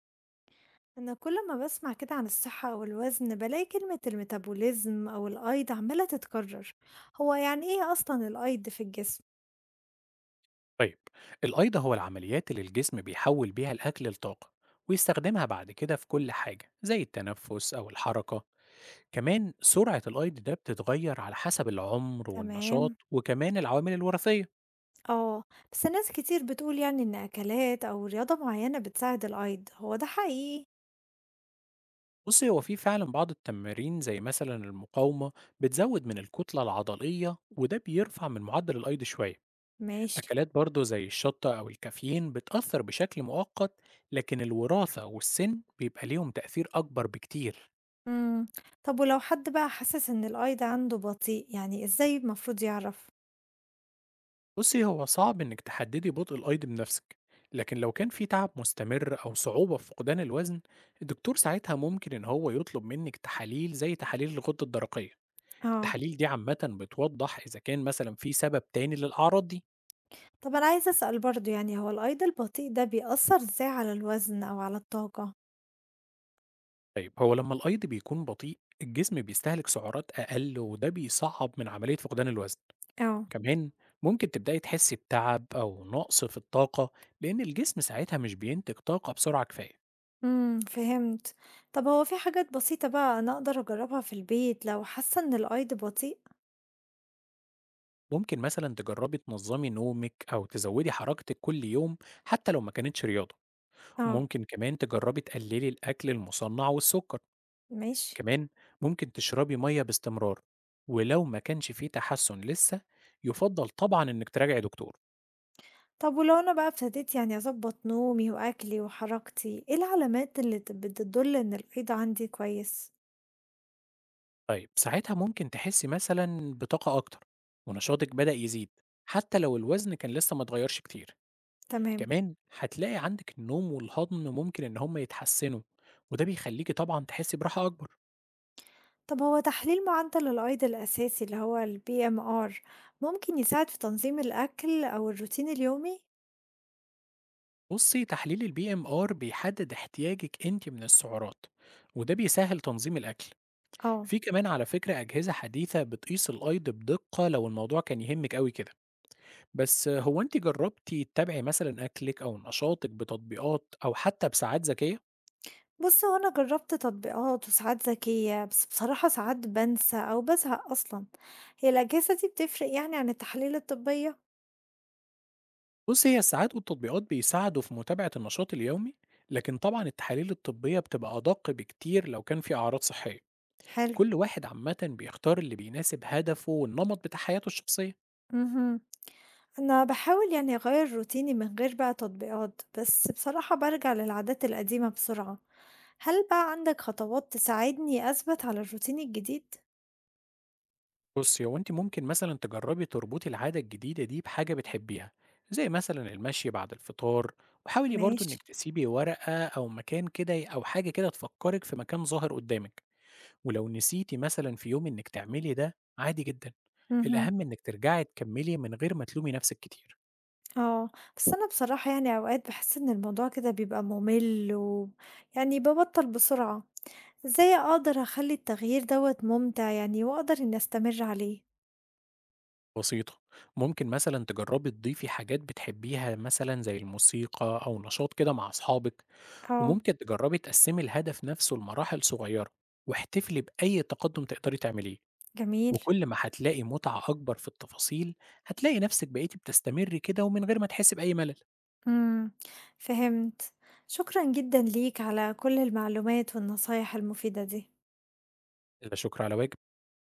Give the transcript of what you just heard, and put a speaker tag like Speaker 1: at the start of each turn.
Speaker 1: أنا كل ما بسمع كده عن الصحة أو الوزن بلاقي كلمة الميتابوليزم أو الأيض عمالة تتكرر. هو يعني إيه أصلا الأيض في الجسم؟
Speaker 2: طيب، الأيضة هو العمليات اللي الجسم بيحول بيها الأكل لطاقة، ويستخدمها بعد كده في كل حاجة زي التنفس أو الحركة. كمان سرعة الأيض ده بتتغير على حسب العمر
Speaker 1: تمام.
Speaker 2: والنشاط وكمان العوامل الوراثية.
Speaker 1: اه. بس ناس كتير بتقول يعني إن أكلات أو رياضة معينة بتساعد الأيض هو ده حقيقي؟
Speaker 2: بص، هو في فعلا بعض التمارين زي مثلا المقاومة بتزود من الكتلة العضلية، وده بيرفع من معدل الأيض شوية.
Speaker 1: ماشي.
Speaker 2: أكلات برضه زي الشطة أو الكافيين بتأثر بشكل مؤقت، لكن الوراثة والسن بيبقى ليهم تأثير أكبر بكتير.
Speaker 1: مم. طب ولو حد بقى حاسس إن الأيض عنده بطيء يعني إزاي المفروض يعرف؟
Speaker 2: بُصّي، هو صعب إنِّك تحدّدي بطء الأيض بنفسِك، لكن لو كان في تعب مستمر أو صعوبة في فقدان الوزن، الدكتور ساعتها ممكن إن هو يطلب منِّك تحاليل زي تحاليل الغدة الدرقية،
Speaker 1: اه.
Speaker 2: التحاليل دي عامةً بتوضّح إذا كان مثلًا في سبب تاني للأعراض دي.
Speaker 1: طب أنا عايزة أسأل برضو يعني هو الأيض البطيء ده بيأثر إزاي على الوزن أو على الطاقة؟
Speaker 2: طيب، هو لمّا الأيض بيكون بطيء، الجسم بيستهلك سعرات أقل وده بيصعّب من عملية فقدان الوزن،
Speaker 1: اه.
Speaker 2: كمان ممكن تبدئي تحسّي بتعب أو نقص في الطاقة، لإن الجسم ساعتها مش بينتج طاقة بسرعة كفاية.
Speaker 1: فهمت. طب هو في حاجات بسيطة بقى أنا أقدر أجربها في البيت لو حاسة إن الأيض بطيء.
Speaker 2: ممكن مثلا تجربي تنظمي نومك أو تزودي حركتك كل يوم، حتى لو ما كانتش رياضة.
Speaker 1: اه.
Speaker 2: وممكن كمان تجربي تقللي الأكل المصنع والسكر.
Speaker 1: ماشي.
Speaker 2: كمان ممكن تشربي مية باستمرار، ولو ما كانش فيه تحسن لسه يفضل طبعا إنك تراجعي دكتور.
Speaker 1: طب ولو أنا بقى ابتديت يعني أظبط نومي وأكلي وحركتي إيه العلامات اللي بتدل إن الأيض عندي كويس؟
Speaker 2: طيب ساعتها ممكن تحسي مثلا بطاقة أكتر، ونشاطك بدأ يزيد، حتى لو الوزن كان لسه ما اتغيرش كتير.
Speaker 1: تمام.
Speaker 2: كمان هتلاقي عندك النوم والهضم ممكن إن هما يتحسنوا، وده بيخليكي طبعا تحسي براحة أكبر.
Speaker 1: طب هو تحليل معدل الأيض الأساسي اللي هو ال BMR ممكن يساعد في تنظيم الأكل أو الروتين اليومي؟
Speaker 2: بصي، تحليل الـ BMR بيحدد احتياجك انت من السعرات، وده بيسهل تنظيم الاكل.
Speaker 1: اه.
Speaker 2: في كمان على فكرة اجهزة حديثة بتقيس الايض بدقة لو الموضوع كان يهمك قوي كده. بس هو انت جربتي تتابعي مثلا اكلك او نشاطك بتطبيقات او حتى بساعات ذكية؟
Speaker 1: بُص، هو أنا جرّبت تطبيقات وساعات ذكية، بس بصراحة ساعات بانسى أو بازهق أصلًا. هي الأجهزة دي بتفرق يعني عن التحاليل الطبية؟
Speaker 2: بصي، هي الساعات والتطبيقات بيساعدوا في متابعة النشاط اليومي، لكن طبعا التحاليل الطبية بتبقى ادق بكتير لو كان في اعراض صحية.
Speaker 1: حلو.
Speaker 2: كل واحد عامة بيختار اللي بيناسب هدفه والنمط بتاع حياته الشخصية.
Speaker 1: اهم. أنا باحاول يعني أغيّر روتيني من غير بقى تطبيقات، بس بصراحة بارجع للعادات القديمة بسرعة. هل بقى عندك خطوات تساعدني أثبت على الروتين الجديد؟
Speaker 2: بصي هو انت ممكن مثلا تجربي تربطي العادة الجديدة دي بحاجة بتحبيها، زي مثلا المشي بعد الفطار. وحاولي برضو
Speaker 1: ماشي.
Speaker 2: انك تسيبي ورقة او مكان كده او حاجة كده تفكرك في مكان ظاهر قدامك. ولو نسيتي مثلا في يوم انك تعملي ده عادي جدا،
Speaker 1: اهم.
Speaker 2: الاهم انك ترجعي تكملي من غير ما تلومي نفسك كتير.
Speaker 1: آه. بس أنا بصراحة يعني أوقات باحس إن الموضوع كده بيبقى مُمِل، ويعني بابطّل بسرعة. إزاي أقدر أخلّي التغيير دوّة مُمتع يعني وأقدر إنّي أستمر عليه؟
Speaker 2: بسيطة، ممكن مثلا تجربي تضيفي حاجات بتحبيها مثلا زي الموسيقى او نشاط كده مع اصحابك.
Speaker 1: آه.
Speaker 2: وممكن تجربي تقسمي الهدف نفسه لمراحل صغيرة، واحتفلي بأي تقدم تقدري تعمليه.
Speaker 1: جميل.
Speaker 2: وكل ما هتلاقي متعة أكبر في التفاصيل، هتلاقي نفسك بقيتي بتستمري كده ومن غير ما تحسي بأي ملل.
Speaker 1: إمم. فهمت. شكرًا جدًا ليك على كل المعلومات والنصايح المفيدة دي.
Speaker 2: لا شكر على واجب.